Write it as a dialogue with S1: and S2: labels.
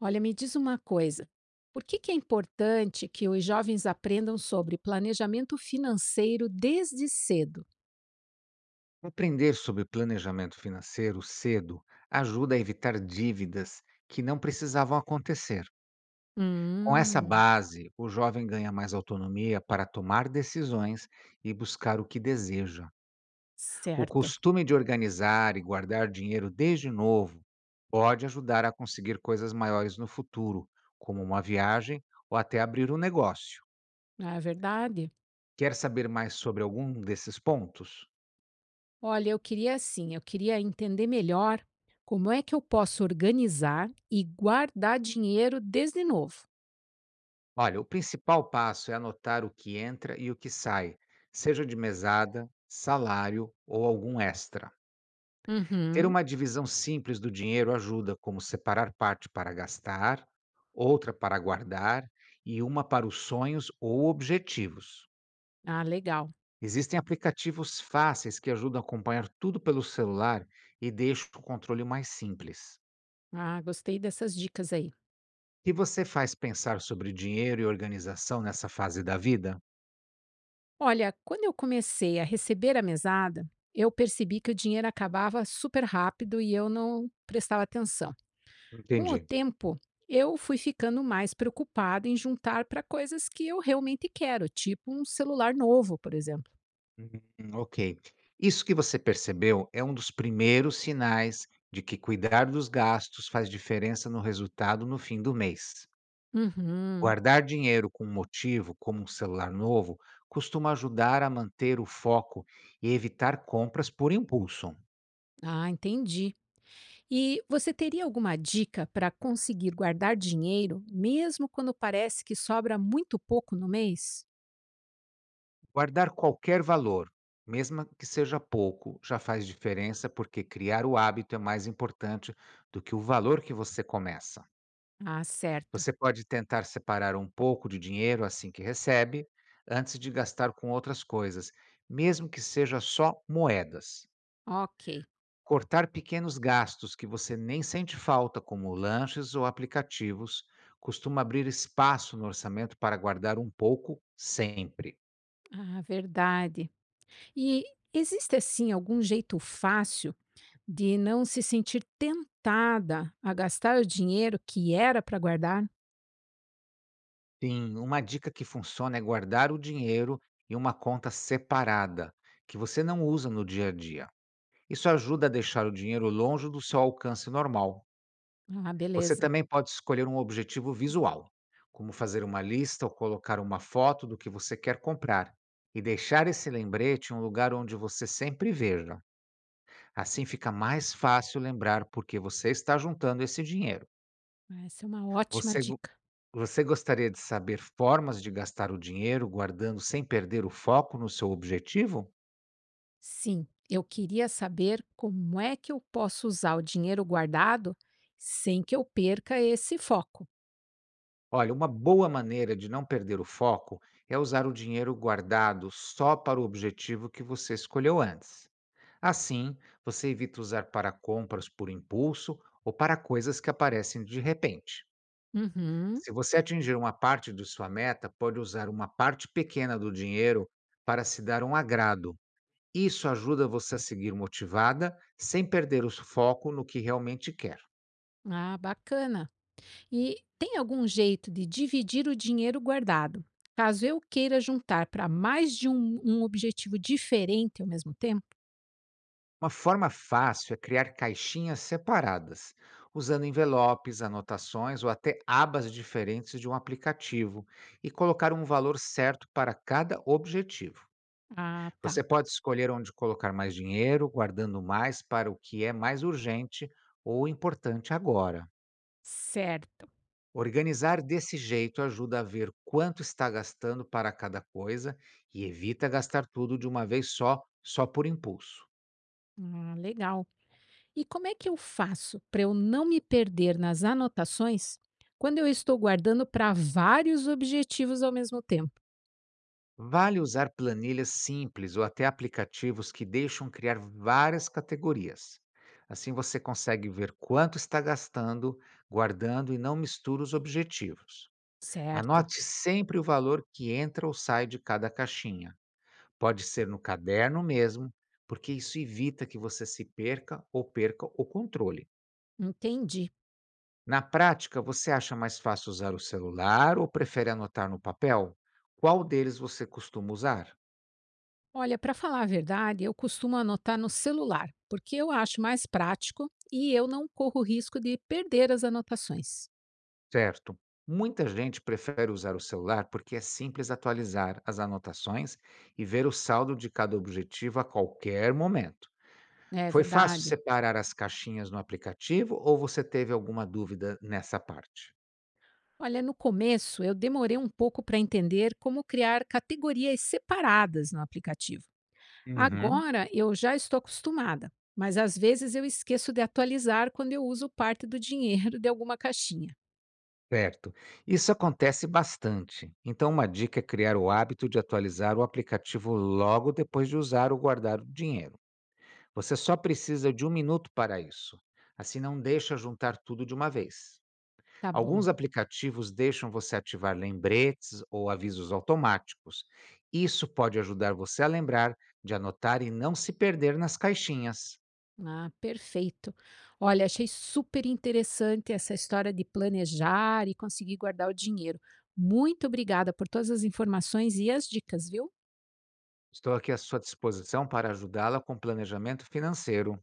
S1: Olha, me diz uma coisa. Por que que é importante que os jovens aprendam sobre planejamento financeiro desde cedo?
S2: Aprender sobre planejamento financeiro cedo ajuda a evitar dívidas que não precisavam acontecer. Com essa
S1: Hum,
S2: base, o jovem ganha mais autonomia para tomar decisões e buscar o que deseja. O
S1: certo.
S2: costume de organizar e guardar dinheiro desde novo pode ajudar a conseguir coisas maiores no futuro, como uma viagem ou até abrir um negócio.
S1: É verdade.
S2: Quer saber mais sobre algum desses pontos?
S1: Olha, eu queria entender melhor como é que eu posso organizar e guardar dinheiro desde novo.
S2: Olha, o principal passo é anotar o que entra e o que sai, seja de mesada, salário ou algum extra. Ter
S1: Uhum.
S2: uma divisão simples do dinheiro ajuda, como separar parte para gastar, outra para guardar e uma para os sonhos ou objetivos.
S1: Ah, legal.
S2: Existem aplicativos fáceis que ajudam a acompanhar tudo pelo celular e deixam o controle mais simples.
S1: Ah, gostei dessas dicas aí.
S2: O que você faz pensar sobre dinheiro e organização nessa fase da vida?
S1: Olha, quando eu comecei a receber a mesada, eu percebi que o dinheiro acabava super rápido e eu não prestava atenção. Com o
S2: Entendi.
S1: tempo, eu fui ficando mais preocupada em juntar para coisas que eu realmente quero, tipo um celular novo, por exemplo.
S2: Hum, ok. Isso que você percebeu é um dos primeiros sinais de que cuidar dos gastos faz diferença no resultado no fim do mês.
S1: Uhum.
S2: Guardar dinheiro com um motivo, como um celular novo, costuma ajudar a manter o foco e evitar compras por impulso.
S1: Ah, entendi. E você teria alguma dica para conseguir guardar dinheiro, mesmo quando parece que sobra muito pouco no mês?
S2: Guardar qualquer valor, mesmo que seja pouco, já faz diferença porque criar o hábito é mais importante do que o valor que você começa.
S1: Ah, certo.
S2: Você pode tentar separar um pouco de dinheiro assim que recebe, antes de gastar com outras coisas, mesmo que seja só moedas.
S1: Ok.
S2: Cortar pequenos gastos que você nem sente falta, como lanches ou aplicativos, costuma abrir espaço no orçamento para guardar um pouco sempre.
S1: Ah, verdade. E existe assim algum jeito fácil de não se sentir tentada a gastar o dinheiro que era para guardar?
S2: Sim, uma dica que funciona é guardar o dinheiro em uma conta separada, que você não usa no dia a dia. Isso ajuda a deixar o dinheiro longe do seu alcance normal.
S1: Ah,
S2: Você
S1: beleza.
S2: também pode escolher um objetivo visual, como fazer uma lista ou colocar uma foto do que você quer comprar, e deixar esse lembrete em um lugar onde você sempre veja. Assim fica mais fácil lembrar por que você está juntando esse dinheiro.
S1: Essa é uma ótima
S2: Você, go-
S1: dica.
S2: Você gostaria de saber formas de gastar o dinheiro guardando sem perder o foco no seu objetivo?
S1: Sim, eu queria saber como é que eu posso usar o dinheiro guardado sem que eu perca esse foco.
S2: Olha, uma boa maneira de não perder o foco é usar o dinheiro guardado só para o objetivo que você escolheu antes. Assim, você evita usar para compras por impulso ou para coisas que aparecem de repente.
S1: Uhum.
S2: Se você atingir uma parte de sua meta, pode usar uma parte pequena do dinheiro para se dar um agrado. Isso ajuda você a seguir motivada sem perder o foco no que realmente quer.
S1: Ah, bacana. E tem algum jeito de dividir o dinheiro guardado, caso eu queira juntar para mais de um objetivo diferente ao mesmo tempo?
S2: Uma forma fácil é criar caixinhas separadas, usando envelopes, anotações ou até abas diferentes de um aplicativo e colocar um valor certo para cada objetivo.
S1: Ah, tá.
S2: Você pode escolher onde colocar mais dinheiro, guardando mais para o que é mais urgente ou importante agora.
S1: Certo.
S2: Organizar desse jeito ajuda a ver quanto está gastando para cada coisa e evita gastar tudo de uma vez só, só por impulso.
S1: Ah, legal. E como é que eu faço para eu não me perder nas anotações quando eu estou guardando para vários objetivos ao mesmo tempo?
S2: Vale usar planilhas simples ou até aplicativos que deixam criar várias categorias. Assim você consegue ver quanto está gastando, guardando e não mistura os objetivos.
S1: Certo.
S2: Anote sempre o valor que entra ou sai de cada caixinha. Pode ser no caderno mesmo, porque isso evita que você se perca ou perca o controle.
S1: Entendi.
S2: Na prática, você acha mais fácil usar o celular ou prefere anotar no papel? Qual deles você costuma usar?
S1: Olha, para falar a verdade, eu costumo anotar no celular, porque eu acho mais prático e eu não corro risco de perder as anotações.
S2: Certo. Muita gente prefere usar o celular porque é simples atualizar as anotações e ver o saldo de cada objetivo a qualquer momento.
S1: É
S2: Foi fácil
S1: verdade.
S2: separar as caixinhas no aplicativo ou você teve alguma dúvida nessa parte?
S1: Olha, no começo eu demorei um pouco para entender como criar categorias separadas no aplicativo.
S2: Uhum.
S1: Agora eu já estou acostumada, mas às vezes eu esqueço de atualizar quando eu uso parte do dinheiro de alguma caixinha.
S2: Certo. Isso acontece bastante. Então, uma dica é criar o hábito de atualizar o aplicativo logo depois de usar ou guardar o dinheiro. Você só precisa de um minuto para isso. Assim, não deixa juntar tudo de uma vez.
S1: Tá bom.
S2: Alguns aplicativos deixam você ativar lembretes ou avisos automáticos. Isso pode ajudar você a lembrar de anotar e não se perder nas caixinhas.
S1: Ah, perfeito. Olha, achei super interessante essa história de planejar e conseguir guardar o dinheiro. Muito obrigada por todas as informações e as dicas, viu?
S2: Estou aqui à sua disposição para ajudá-la com planejamento financeiro.